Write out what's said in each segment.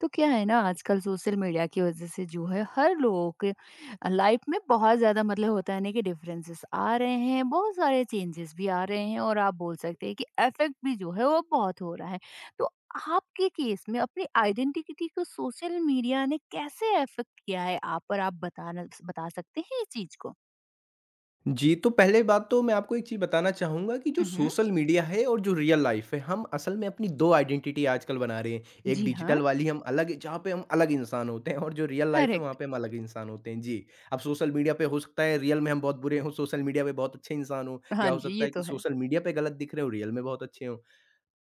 तो क्या है ना आजकल सोशल मीडिया की वज़ह से जो है हर लोगों के लाइफ़ में बहुत ज़्यादा मतलब होता है ना कि डिफरेंसेस आ रहे हैं, बहुत सारे चेंजेस भी आ रहे हैं और आप बोल सकते हैं कि इफ़ेक्ट भी जो है वो बहुत हो रहा है। तो आपके केस में अपनी आइडेंटिटी को सोशल मीडिया ने कैसे इफ़ेक्ट किया है आप पर? आप बताना बता सकते हैं ये चीज़ को? जी, तो पहले बात तो मैं आपको एक चीज़ बताना चाहूँगा कि जो हुँ, हुँ। सोशल मीडिया है और जो रियल लाइफ़ है, हम असल में अपनी 2 आइडेंटिटी आजकल बना रहे हैं। एक जी हाँ। डिजिटल वाली, हम अलग जहाँ पे हम अलग इंसान होते हैं और जो रियल लाइफ़ है वहाँ करेक्ट। पे हम अलग इंसान होते हैं। जी, अब सोशल मीडिया पे हो सकता है रियल में हम बहुत बुरे हों, सोशल मीडिया पे बहुत अच्छे इंसान हों, या हाँ हो जी, सकता ये है कि तो है। सोशल मीडिया पे गलत दिख रहे हों, रियल में बहुत अच्छे हों।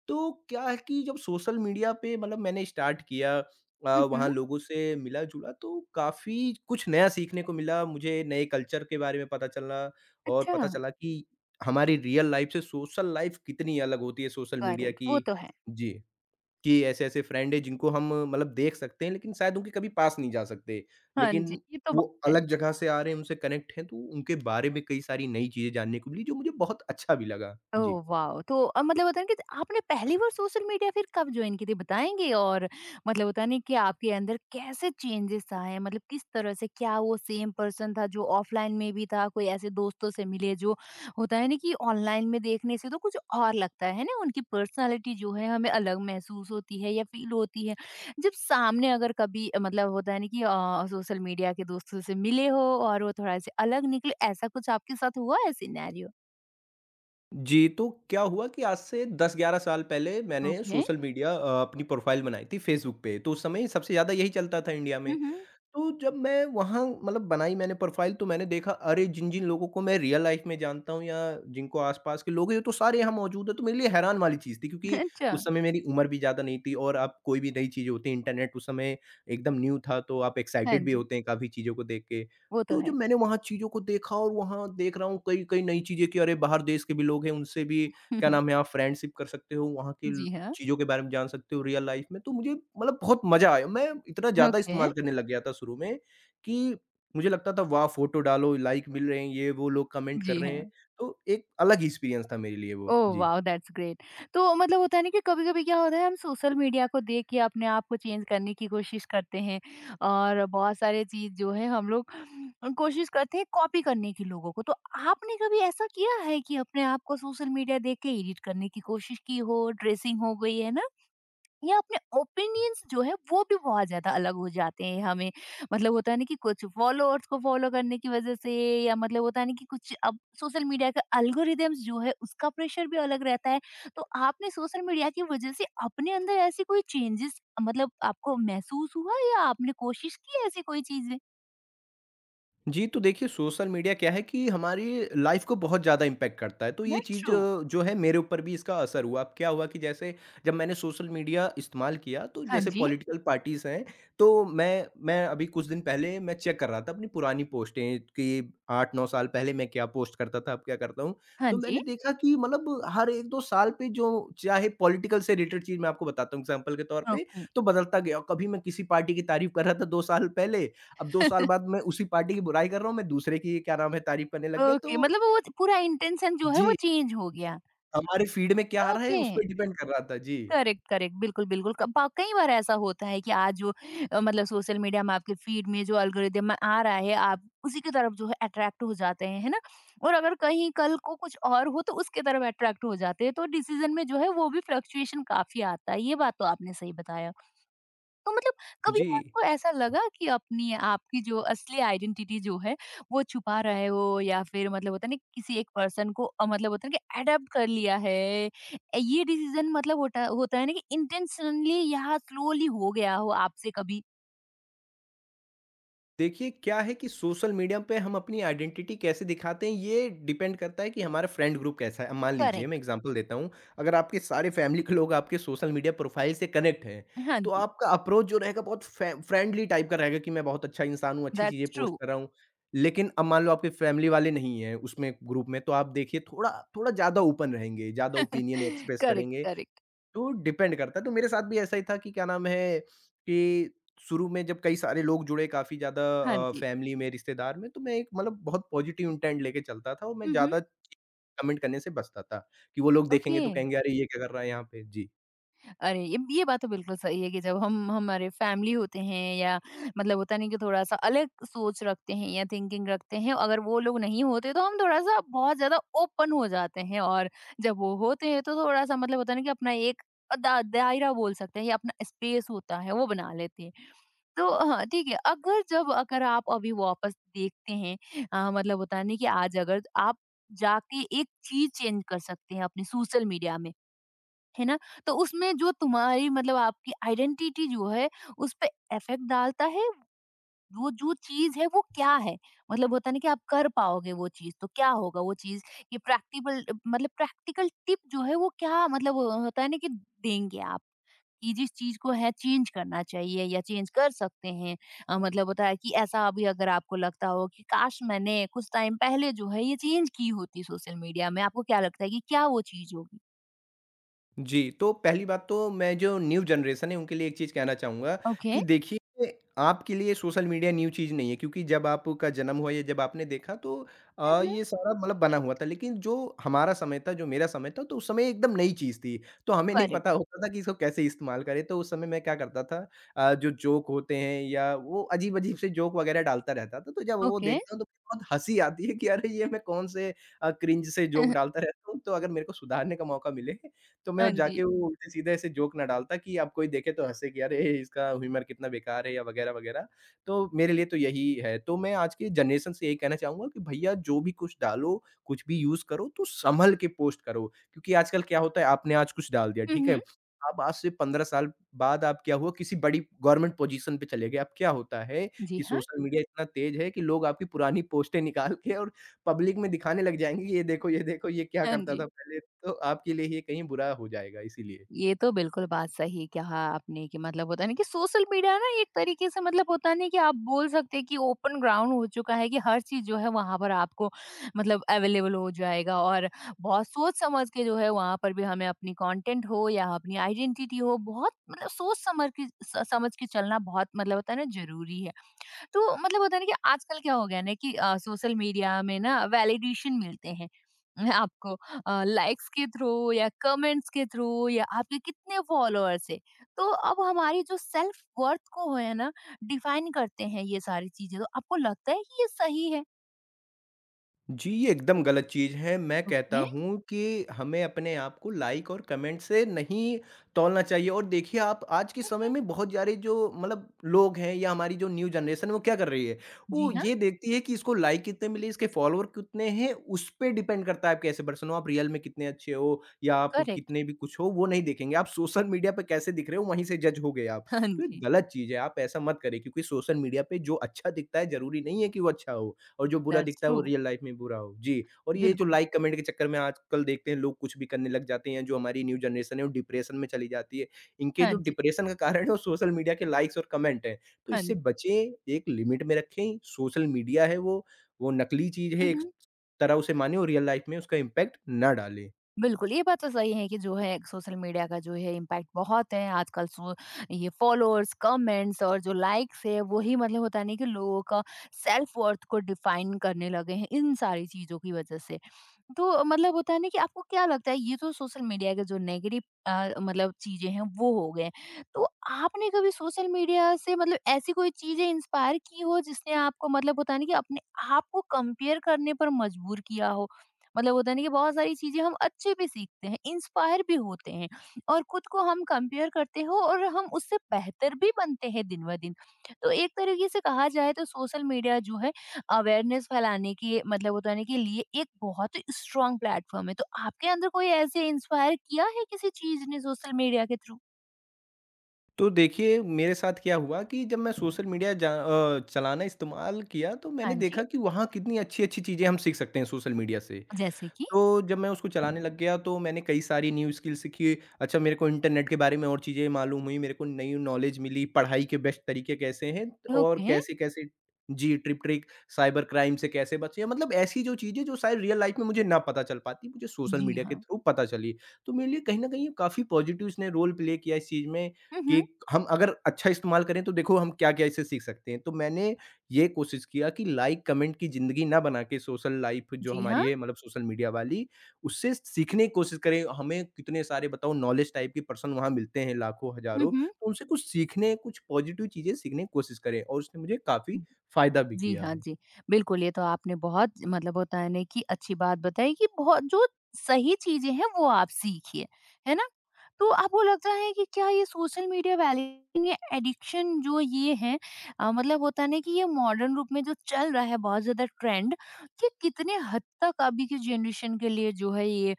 तो क्या है कि जब सोशल मीडिया पे मतलब मैंने स्टार्ट किया, हुँ, वहाँ हुँ। लोगों से मिला-जुला तो काफ़ी कुछ नया सीखने को मिला, मुझे नए कल्चर के बारे में पता चला, और अच्छा! पता चला कि हमारी रियल लाइफ से सोशल लाइफ कितनी अलग होती है सोशल मीडिया करेक्ट, वो की। तो है। जी, कि ऐसे-ऐसे फ्रेंड हैं जिनको हम मतलब देख सकते हैं लेकिन शायद उनके कभी पास नहीं जा सकते। हाँ लेकिन जी, ये तो वो बात है। अलग जगह से आ रहे हैं, उनसे कनेक्ट हैं, तो उनके बारे में कई सारी नई चीज़ें जानने को मिली जो मुझे बहुत अच्छा भी लगा। जी। Oh wow! तो मतलब होता है ना कि आपने पहली बार सोशल मीडिया फिर कब जॉइन की थी बताएँगे? और मतलब होता नहीं कि आपके अंदर कैसे चेंजेस आए? मतलब किस तरह से क्या वो सेम पर्सन था जो ऑफ़लाइन में भी था? कोई ऐसे दोस्तों से मिले जो होता है ना कि ऑनलाइन में देखने से तो कुछ और लगता है ना? उनकी पर्सनैलिटी जो है हमें अलग महसूस होती है या फ़ील होती है। जब सामने अगर कभी मतलब होता है ना कि सोशल मीडिया के दोस्तों से मिले हो और वो थोड़ा-सा अलग निकले, ऐसा कुछ आपके साथ हुआ है सिनेरियो? जी, तो क्या हुआ कि आज से 10-11 साल पहले मैंने ओके। सोशल मीडिया अपनी प्रोफ़ाइल बनाई थी फ़ेसबुक पे, तो उस समय सबसे ज़्यादा यही चलता था इंडिया में। हुँ, हुँ। तो जब मैं वहाँ मतलब बनाई मैंने प्रोफ़ाइल, तो मैंने देखा अरे! जिन-जिन लोगों को मैं रियल लाइफ़ में जानता हूँ या जिनको आस-पास के लोग हैं, ये तो सारे यहाँ मौजूद हैं। तो मेरे लिए हैरान वाली चीज़ थी, क्योंकि अच्छा, उस समय मेरी उम्र भी ज़्यादा नहीं थी, और आप कोई भी नई चीज़ होती है, इंटरनेट उस समय एकदम न्यू था, तो आप हाँ एक्साइटेड भी जी, होते हैं काफ़ी चीज़ों को देख के। वो तो तो जब है। मैंने वहाँ चीज़ों को देखा और वहाँ देख रहा हूँ कई-कई नई चीज़ें कि अरे! बाहर देश के भी लोग हैं, उनसे भी क्या नाम है आप फ्रेंडशिप कर सकते हो, वहाँ के ल जी हाँ, चीज़ों के बारे में जान सकते हो रियल लाइफ में, तो मुझे मतलब बहुत मज़ा आया। मैं इतना ज़्यादा ओके, इस्तेमाल करने लग गया था शुरू में कि मुझे लगता था वाह! फ़ोटो डालो, लाइक मिल रहे हैं, ये वो लोग कमेंट कर जी रहे हैं, हाँ। तो एक अलग ही एक्सपीरियंस था मेरे लिए वो। ओह जी। वाओ! That's great. तो मतलब होता है ना कि कभी-कभी क्या होता है, हम सोशल मीडिया को देख के अपने आप को चेंज करने की कोशिश करते हैं और बहुत सारे चीज़ जो है हम लोग कोशिश करते हैं कॉपी करने की लोगों को। तो आपने कभी ऐसा किया है कि अपने आप को सोशल मीडिया देख के एडिट करने की कोशिश की हो, ड्रेसिंग हो गई है ना? या अपने ओपिनियंस जो है वो भी बहुत ज्यादा अलग हो जाते हैं, हमें मतलब होता है ना कि कुछ फॉलोअर्स को फॉलो करने की वजह से या मतलब होता है ना कि कुछ अब सोशल मीडिया का एल्गोरिदम्स जो है उसका प्रेशर भी अलग रहता है, तो आपने सोशल मीडिया की वजह से अपने अंदर ऐसे कोई चेंजेस मतलब आपको महसूस हुआ या आपने कोशिश की ऐसी कोई चीज? जी, तो देखिए, सोशल मीडिया क्या है कि हमारी लाइफ को बहुत ज़्यादा इम्पैक्ट करता है, तो ये दैट्स चीज़, ट्रू। जो है, मेरे ऊपर भी इसका असर हुआ। अब क्या हुआ कि जैसे जब मैंने सोशल मीडिया इस्तेमाल किया तो हाँ जैसे जी। पॉलिटिकल पार्टीज़ हैं, तो मैं अभी कुछ दिन पहले मैं चेक कर रहा था अपनी पुरानी पोस्टें कि 8-9 साल पहले मैं क्या पोस्ट करता था, अब क्या करता हूँ। हाँ तो मैंने जी। देखा कि मतलब हर 1-2 साल पे जो चाहे पॉलिटिकल से रिलेटेड चीज़, मैं आपको बताता हूँ एग्ज़ाम्पल के तौर पे, ओके। तो बदलता गया। कभी मैं किसी पार्टी की तारीफ़ कर रहा था 2 साल पहले, अब 2 साल बाद मैं उसी पार्टी की बुराई कर रहा हूँ, मैं दूसरे की क्या नाम है तारीफ़ करने लग गया, ओके। तो मतलब वो पूरा इंटेंशन जो है वो जी, चेंज हो गया। हमारे फ़ीड में क्या आ रहा है ओके। उस पे डिपेंड कर रहा था। जी। करेक्ट करेक्ट, बिल्कुल बिल्कुल, कई बार ऐसा होता है कि आज जो मतलब सोशल मीडिया में आपके फीड में जो अल्गोरिदम आ रहा है, आप उसी की तरफ जो है अट्रैक्ट हो जाते हैं, है ना? और अगर कहीं कल को कुछ और हो तो उसके तरफ अट्रैक्ट हो जाते हैं, तो डिसीजन में जो है वो भी फ्लक्चुएशन काफी आता है। ये बात तो आपने सही बताया। तो मतलब, कभी जी। आपको ऐसा लगा कि अपनी आपकी जो असली आइडेंटिटी जो है वो छुपा रहे हो या फिर मतलब होता है ना किसी एक पर्सन को मतलब होता है ना कि अडेप्ट कर लिया है ए, ये डिसीजन मतलब होता होता है ना कि इंटेंशनली या स्लोली हो गया हो आपसे कभी? देखिए, क्या है कि सोशल मीडिया पे हम अपनी आइडेंटिटी कैसे दिखाते हैं, ये डिपेंड करता है कि हमारा फ्रेंड ग्रुप कैसा है। अब मान लीजिए, मैं करेक्ट। एग्जांपल देता हूँ। अगर आपके सारे फैमिली के लोग आपके सोशल मीडिया प्रोफाइल से कनेक्ट हैं, हाँ तो जी। आपका अप्रोच जो रहेगा बहुत फ्रेंडली टाइप का रहेगा कि मैं बहुत अच्छा इंसान हूँ, अच्छी दैट्स चीज़ें ट्रू। पोस्ट कर रहा हूँ। लेकिन अब मान लो आपके फैमिली वाले नहीं हैं उसमें, ग्रुप में, तो आप देखिए थोड़ा थोड़ा ज़्यादा ओपन रहेंगे, ज़्यादा ओपिनियन एक्सप्रेस करेक्ट करेंगे। करेक्ट। तो डिपेंड करता है, तो मेरे साथ भी ऐसा ही था कि क्या नाम है कि शुरू में जब कई सारे लोग जुड़े काफ़ी ज़्यादा, हाँ जी। फैमिली में, रिश्तेदार में, तो मैं एक मतलब बहुत पॉज़िटिव इंटेंट लेके चलता था, और मैं हम्म। ज़्यादा कमेंट करने से बचता था, कि वो लोग देखेंगे ओके। तो कहेंगे, "अरे! ये क्या कर रहा है यहाँ पे?" जी। अरे! ये बात तो बिल्कुल सही है कि जब हम हमारे फैमिली होते हैं या मतलब होता नहीं कि थोड़ा-सा अलग सोच रखते हैं या थिंकिंग रखते हैं, अगर वो लोग नहीं होते तो हम थोड़ा-सा बहुत ज़्यादा ओपन हो जाते हैं और जब वो होते हैं तो थोड़ा-सा मतलब होता है ना कि अपना एक दा दायरा बोल सकते हैं या अपना स्पेस होता है, वो बना लेते हैं। तो हाँ, ठीक है, अगर जब अगर आप अभी वापस देखते हैं मतलब होता है ना कि आज अगर आप जाके एक चीज़ चेंज कर सकते हैं अपने सोशल मीडिया में, है ना? तो उसमें जो तुम्हारी मतलब आपकी आइडेंटिटी जो है, उसपे इफ़ेक्ट डालता है, वो जो चीज़ है वो क्या है? मतलब होता है ना कि आप कर पाओगे वो चीज़, तो क्या होगा वो चीज़? ये प्रैक्टिबल मतलब प्रैक्टिकल टिप जो है वो क्या मतलब होता है ना कि देंगे आप, कि जिस चीज़ को है चेंज करना चाहिए या चेंज कर सकते हैं। मतलब होता है कि ऐसा अभी अगर आपको लगता हो कि काश मैंने कुछ टाइम पहले जो है ये चेंज की होती सोशल मीडिया में, आपको क्या लगता है कि क्या वो चीज़ होगी? जी, तो पहली बात तो मैं जो न्यू जनरेशन है उनके लिए एक चीज़ कहना चाहूँगा ओके। कि देखिए, आपके लिए सोशल मीडिया न्यू चीज़ नहीं है, क्योंकि जब आपका जन्म हुआ या जब आपने देखा तो हुँ, हुँ। ये सारा मतलब बना हुआ था। लेकिन जो हमारा समय था, जो मेरा समय था, तो उस समय एकदम नई चीज़ थी। तो हमें नहीं करेक्ट। पता होता था कि इसको कैसे इस्तेमाल करें। तो उस समय मैं क्या करता था, जो जोक होते हैं या वो अजीब-अजीब से जोक वग़ैरह डालता रहता था। तो जब वो ओके। देखता हूँ तो बहुत हँसी आती है कि अरे! ये मैं कौन से क्रिंज से जोक डालता रहता हूँ। तो अगर मेरे को सुधारने का मौका मिले तो हाँ मैं जी। जाके वो उल्टे-सीधे ऐसे जोक ना डालता कि अब कोई देखे तो हँसे कि अरे! इसका ह्यूमर कितना बेकार है या वगैरह-वगैरह। तो मेरे लिए तो यही है। तो मैं आज के जनरेशन से यही कहना चाहूँगा कि भैया, जो भी कुछ डालो, कुछ भी यूज़ करो, तो सँभल के पोस्ट करो। क्योंकि आजकल क्या होता है, आपने आज कुछ डाल दिया, हुँ, ठीक है? हुँ। अब आज से 15 साल बाद आप क्या हुआ किसी बड़ी गवर्नमेंट पोज़ीशन पे चले गए। अब क्या होता है जी कि हाँ। सोशल मीडिया इतना तेज़ है कि लोग आपकी पुरानी पोस्टें निकाल के और पब्लिक में दिखाने लग जाएँगे, ये देखो, ये देखो, ये क्या हाँ करता था जी। पहले। तो आपके लिए ये कहीं बुरा हो जाएगा इसीलिए। ये तो बिल्कुल बात सही कहा आपने कि मतलब होता है ना कि सोशल मीडिया ना एक तरीके से मतलब होता नहीं कि आप बोल सकते हैं कि ओपन ग्राउंड हो चुका है कि हर चीज़ जो है वहाँ पर आपको मतलब अवेलेबल हो जाएगा और बहुत सोच-समझ के जो है वहाँ पर भी हमें अपनी कंटेंट हो या अपनी आइडेंटिटी हो बहुत मतलब सोच समझ के स समझ के चलना बहुत मतलब होता है ना ज़रूरी है। तो मतलब होता है ना कि आजकल क्या हो गया ना कि सोशल मीडिया में ना वैलिडेशन मिलते हैं आपको लाइक्स के थ्रू या कमेंट्स के थ्रू या आपके कितने फॉलोअर्स है, तो अब हमारी जो सेल्फ वर्थ को है ना डिफाइन करते हैं ये सारी चीजें, तो आपको लगता है कि ये सही है? जी, ये एकदम गलत चीज़ है। मैं कहता ओके। हूँ कि हमें अपने आप को लाइक और कमेंट से नहीं तौलना चाहिए। और देखिए, आप आज के समय में बहुत सारे जो मतलब लोग हैं या हमारी जो न्यू जनरेशन है वो क्या कर रही है? वो जी हाँ। ये देखती है कि इसको लाइक कितने मिले, इसके फॉलोअर कितने हैं, उस पे डिपेंड करता है आप कैसे पर्सन हो, आप रियल में कितने अच्छे हो या आप करेक्ट। कितने भी कुछ हो वो नहीं देखेंगे। आप सोशल मीडिया पे कैसे दिख रहे हो वहीं से जज हो गए आप। हाँ तो ये जी। गलत चीज़ है, आप ऐसा मत करें, क्योंकि सोशल मीडिया पे जो अच्छा दिखता है ज़रूरी नहीं है कि वो अच्छा हो। और जो बुरा दैट्स दिखता है ट्रू। वो रियल लाइफ में बुरा हो। जी, और ये जो बिल्कुल। लाइक कमेंट के चक्कर में आजकल देखते हैं लोग कुछ भी करने लग जाते हैं, जो हमारी न्यू जनरेशन है वो डिप्रेशन में चली जाती है। इनके हाँ जो जी। डिप्रेशन का कारण है वो सोशल मीडिया के लाइक्स और कमेंट हैं। तो हाँ इससे जी। बचें, एक लिमिट में रखें, सोशल मीडिया है वो नकली चीज़ है, एक हम्म। तरह उसे मानें और रियल लाइफ में उसका इम्पैक्ट ना डालें। बिल्कुल, ये बात तो सही है कि जो है सोशल मीडिया का जो है इम्पैक्ट बहुत है। आजकल सो, ये फॉलोअर्स, कमेंट्स और जो लाइक्स है वो ही मतलब होता नहीं कि लोगों का सेल्फ वर्थ को डिफाइन करने लगे हैं इन सारी चीज़ों की वज़ह से। तो मतलब होता है ना कि आपको क्या लगता है ये तो सोशल मीडिया के जो नेगेटिव मतलब चीज़ें हैं वो हो गए। तो आपने कभी सोशल मीडिया से मतलब ऐसी कोई चीज़ें इंस्पायर की हो जिसने आपको मतलब होता है ना कि अपने आप को कंपेयर करने पर मजबूर किया हो? मतलब होता नहीं कि बहुत सारी चीजें हम अच्छे भी सीखते हैं, इंस्पायर भी होते हैं और खुद को हम कंपेयर करते हो और हम उससे बेहतर भी बनते हैं दिन ब दिन, तो एक तरीके से कहा जाए तो सोशल मीडिया जो है अवेयरनेस फैलाने की मतलब उतारने के लिए एक बहुत स्ट्रांग प्लेटफॉर्म है। तो आपके अंदर कोई ऐसे इंस्पायर किया है किसी चीज ने सोशल मीडिया के थ्रू? तो देखिए, मेरे साथ क्या हुआ कि जब मैं सोशल मीडिया चलाना इस्तेमाल किया, तो मैंने हाँ जी। देखा कि वहाँ कितनी अच्छी-अच्छी चीज़ें हम सीख सकते हैं सोशल मीडिया से। जैसे कि तो जब मैं उसको चलाने लग गया तो मैंने कई सारी न्यू स्किल सीखी। अच्छा, मेरे को इंटरनेट के बारे में और चीज़ें मालूम हुई, मेरे को नई नॉलेज मिली, पढ़ाई के बेस्ट तरीके कैसे हैं और ओके। कैसे-कैसे, जी, ट्रिप ट्रिक, साइबर क्राइम से कैसे बचें। मतलब ऐसी जो चीज़ें जो शायद रियल लाइफ में मुझे ना पता चल पाती, मुझे सोशल जी मीडिया के हाँ। थ्रू पता चली। तो मेरे लिए कहीं न कहीं काफ़ी पॉज़िटिव इसने रोल प्ले किया इस चीज़ में हम्म। कि हम अगर अच्छा इस्तेमाल करें तो देखो हम क्या-क्या इससे सीख सकते हैं। तो मैंने ये कोशिश किया कि लाइक कमेंट की ज़िंदगी ना बना के सोशल लाइफ़ जो जी हमारी हाँ। है मतलब सोशल मीडिया वाली, उससे सीखने की कोशिश करें। हमें कितने सारे बताओ नॉलेज टाइप के पर्सन वहाँ मिलते हैं लाखों, हज़ारों, हम्म। तो उनसे कुछ सीखने, कुछ पॉज़िटिव चीज़ें सीखने की कोशिश करें, और उसने मुझे काफ़ी फ़ायदा भी जी किया हाँ, है। जी। बिल्कुल, ये तो आपने बहुत मतलब होता है ना कि अच्छी बात बताई कि बहुत जो सही चीज़ें हैं वो आप सीखिए, है ना? तो आपको लगता है कि क्या ये सोशल मीडिया वैल्यूइंग या एडिक्शन जो ये है मतलब होता है ना कि ये मॉडर्न रूप में जो चल रहा है बहुत ज़्यादा ट्रेंड, ये कितने हद तक अभी की जनरेशन के लिए जो है ये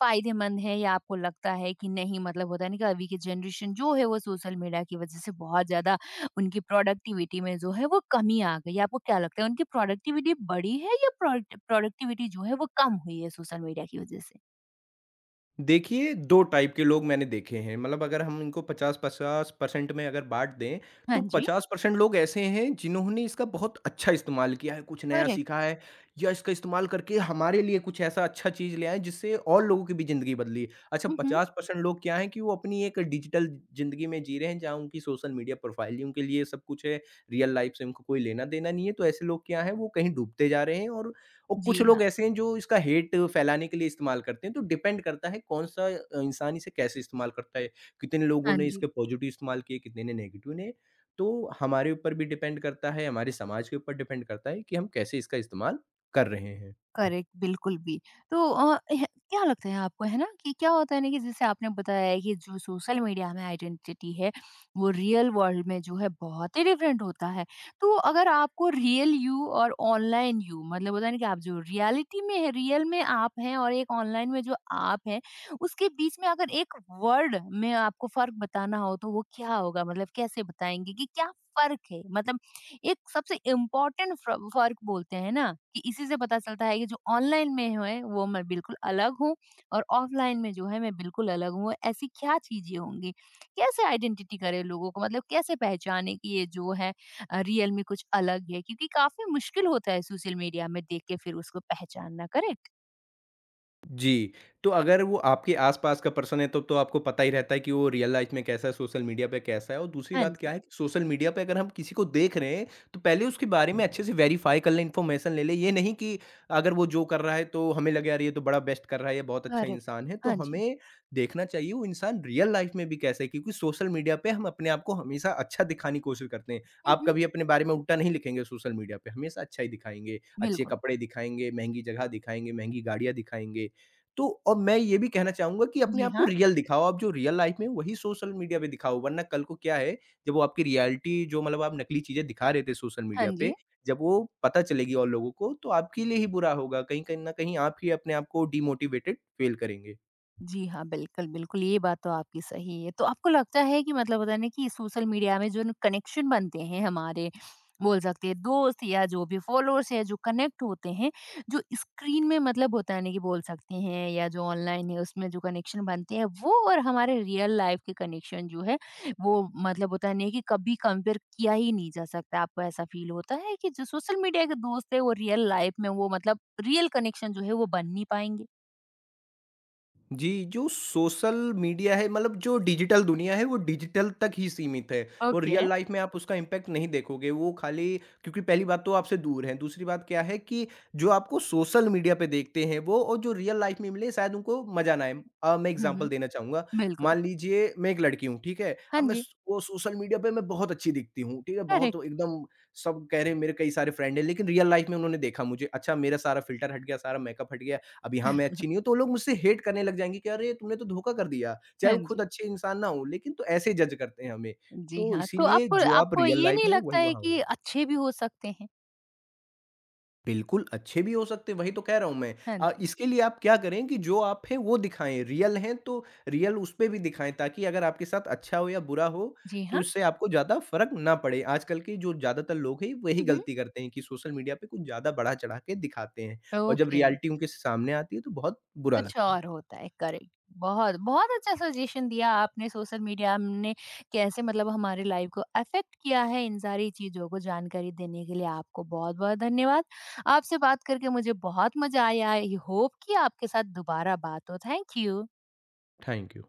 फ़ायदेमंद है या आपको लगता है कि नहीं मतलब होता है ना कि अभी की जनरेशन जो है वो सोशल मीडिया की वज़ह से बहुत ज़्यादा उनकी प्रोडक्टिविटी में जो है वो कमी आ गई है। आपको क्या लगता है उनकी प्रोडक्टिविटी बढ़ी है या प्रोडक्टिविटी जो है वो कम हुई है सोशल मीडिया की वजह से? देखिए, 2 टाइप के लोग मैंने देखे हैं। मतलब अगर हम इनको 50-50% में अगर बाँट दें, तो हाँ जी। 50% लोग ऐसे हैं जिन्होंने इसका बहुत अच्छा इस्तेमाल किया है, कुछ नया करेक्ट। सीखा है या इसका इस्तेमाल करके हमारे लिए कुछ ऐसा अच्छा चीज़ ले आए जिससे और लोगों की भी ज़िंदगी बदली। अच्छा, हुँ, हुँ। 50% लोग क्या हैं कि वो अपनी एक डिजिटल ज़िंदगी में जी रहे हैं जहाँ उनकी सोशल मीडिया प्रोफ़ाइल ही उनके लिए सब कुछ है, रियल लाइफ़ से उनको कोई लेना-देना नहीं है। तो ऐसे लोग क्या हैं वो कहीं डूबते जा रहे हैं, और कुछ जी हाँ। लोग ऐसे हैं जो इसका हेट फैलाने के लिए इस्तेमाल करते हैं, तो डिपेंड करता है कौन-सा इंसान इसे कैसे इस्तेमाल करता है। कितने लोगों हाँ ने जी। इसके पॉज़िटिव इस्तेमाल किए, कितने ने नेगेटिव ने। तो हमारे ऊपर भी डिपेंड करता है, हमारे समाज के ऊपर डिपेंड करता है कि हम कैसे इसका इस्तेमाल कर रहे हैं। करेक्ट, बिल्कुल भी। तो अ, ह क्या लगता है आपको, है ना, कि क्या होता है ना कि जैसे आपने बताया है कि जो सोशल मीडिया में आइडेंटिटी है, वो रियल वर्ल्ड में जो है बहुत ही डिफरेंट होता है। तो अगर आपको रियल यू और ऑनलाइन यू मतलब होता है ना कि आप जो रियलिटी में है, रियल में आप हैं और एक ऑनलाइन में जो आप हैं, उसके बीच में अगर एक वर्ड में आपको फ़र्क बताना हो, तो वो क्या होगा? मतलब कैसे बताएँगे कि क्या फ़र्क है? मतलब एक सबसे इम्पोर्टेंट फर्क बोलते हैं ना कि इसी से पता चलता है कि जो ऑनलाइन में है वो मैं बिल्कुल अलग हूँ और ऑफलाइन में जो है मैं बिल्कुल अलग हूँ, ऐसी क्या चीजें होंगी? कैसे आइडेंटिटी करे लोगों को, मतलब कैसे पहचाने कि ये जो है रियल में कुछ अलग है, क्योंकि काफी मुश्किल होता है सोशल मीडिया में देख के फिर उसको पहचानना। करेक्ट। जी, तो अगर वो आपके आस-पास का पर्सन है, तब तो आपको पता ही रहता है कि वो रियल लाइफ़ में कैसा है, सोशल मीडिया पे कैसा है। और दूसरी हाँ बात क्या जी। है कि सोशल मीडिया पे अगर हम किसी को देख रहे हैं, तो पहले उसके बारे में अच्छे से वेरीफ़ाई कर लें, इन्फॉर्मेशन ले लें। ये नहीं कि अगर वो जो कर रहा है, तो हमें लगे, "यार, ये तो बड़ा बेस्ट कर रहा है, ये बहुत अच्छा करेक्ट। इंसान है।" तो हाँ जी। हमें देखना चाहिए, वो इंसान रियल लाइफ़ में भी कैसा है, क्योंकि सोशल मीडिया पे हम अपने आप को हमेशा अच्छा दिखाने की कोशिश करते हैं। आप हम्म। कभी अपने बारे में उल्टा नहीं लिखेंगे सोशल मीडिया पे, हमेशा अच्छा ही दिखाएँगे। अच्छे बिल्कुल। कपड़े दिखाएँगे, महँगी जगह दिखाएँगे, महँगी गाड़ियाँ दिखाएँगे। तो और मैं ये भी कहना चाहूँगा कि अपने जी आप को हाँ। रियल दिखाओ, आप जो रियल लाइफ़ में हो वही सोशल मीडिया पे दिखाओ, वरना कल को क्या है, जब वो आपकी रियलिटी, जो मतलब आप नकली चीज़ें दिखा रहे थे सोशल हाँ मीडिया जी। पे, जब वो पता चलेगी और लोगों को, तो आपके लिए ही बुरा होगा। कहीं कहीं न कहीं आप ही अपने आप को डिमोटिवेटेड फ़ील करेंगे। जी हाँ, बिल्कुल, बिल्कुल, ये बात तो आपकी सही है। तो आपको लगता है कि मतलब होता है ना कि सोशल मीडिया में जो न कनेक्शन बनते हैं हमारे, बोल सकते हैं दोस्त या जो भी फ़ॉलोअर्स या जो कनेक्ट होते हैं, जो स्क्रीन में मतलब होता है ना कि बोल सकते हैं या जो ऑनलाइन है उसमें जो कनेक्शन बनते हैं वो और हमारे रियल लाइफ़ के कनेक्शन जो है, वो मतलब होता है ना कि कभी कंपेयर किया ही नहीं जा सकता। आपको ऐसा फ़ील होता है कि जो सोशल मीडिया के दोस्त हैं वो रियल लाइफ़ में वो मतलब रियल कनेक्शन जो है वो बन नहीं पाएँगे? जी, जो सोशल मीडिया है मतलब जो डिजिटल दुनिया है वो डिजिटल तक ही सीमित है, और ओके। रियल लाइफ में आप उसका इम्पैक्ट नहीं देखोगे। वो खाली, क्योंकि पहली बात तो आपसे दूर हैं, दूसरी बात क्या है कि जो आपको सोशल मीडिया पे देखते हैं वो, और जो रियल लाइफ में मिले शायद उनको मज़ा ना आए। मैं हुँ, एग्ज़ाम्पल हुँ। देना चाहूँगा, बिल्कुल। मान लीजिए मैं एक लड़की हूँ, ठीक है? हाँ अब मैं जी। स वो सोशल मीडिया पे मैं बहुत अच्छी दिखती हूँ, ठीक है? बहुत करेक्ट। एकदम सब कह रहे हैं मेरे कई सारे फ्रेंड हैं, लेकिन रियल लाइफ में उन्होंने देखा मुझे, अच्छा मेरा सारा फ़िल्टर हट गया, सारा मेकअप हट गया। अब यहाँ मैं अच्छी नहीं हूँ, तो वो लोग मुझसे हेट करने लग जाएँगे कि अरे! तुमने तो धोखा कर दिया, चाहे हाँ वो खुद जी। अच्छे इंसान ना हों, लेकिन तो ऐसे जज करते हैं हमें। जी तो हाँ, तो इसीलिए आपको जो आप आपको रियल ये लाइफ़ नहीं में हो लगता वही है वहाँ हो। कि अच्छे भी हो सकते हैं? बिल्कुल, अच्छे भी हो सकते हैं, वही तो कह रहा हूँ मैं। हाँ जी। इसके लिए आप क्या करें कि जो आप हैं वो दिखाएँ, रियल हैं तो रियल उस पे भी दिखाएँ, ताकि अगर आपके साथ अच्छा हो या बुरा हो, जी तो हाँ। इससे आपको ज़्यादा फ़र्क ना पड़े। आजकल के जो ज़्यादातर लोग हैं वही हुँ, हुँ। गलती करते हैं कि सोशल मीडिया पे कुछ ज़्यादा बढ़ा-चढ़ा के दिखाते हैं, और जब ओके, रियलिटी उनके सामने आती है तो बहुत बुरा कुछ लगता है। और होता है, करेक्ट। बहुत बहुत अच्छा सजेशन दिया आपने सोशल मीडिया ने कैसे मतलब हमारी लाइफ को अफ़ेक्ट किया है, इन सारी चीज़ों को जानकारी देने के लिए आपको बहुत-बहुत धन्यवाद। आपसे बात करके मुझे बहुत मज़ा आया। आई होप कि आपके साथ दोबारा बात हो। Thank you. Thank you.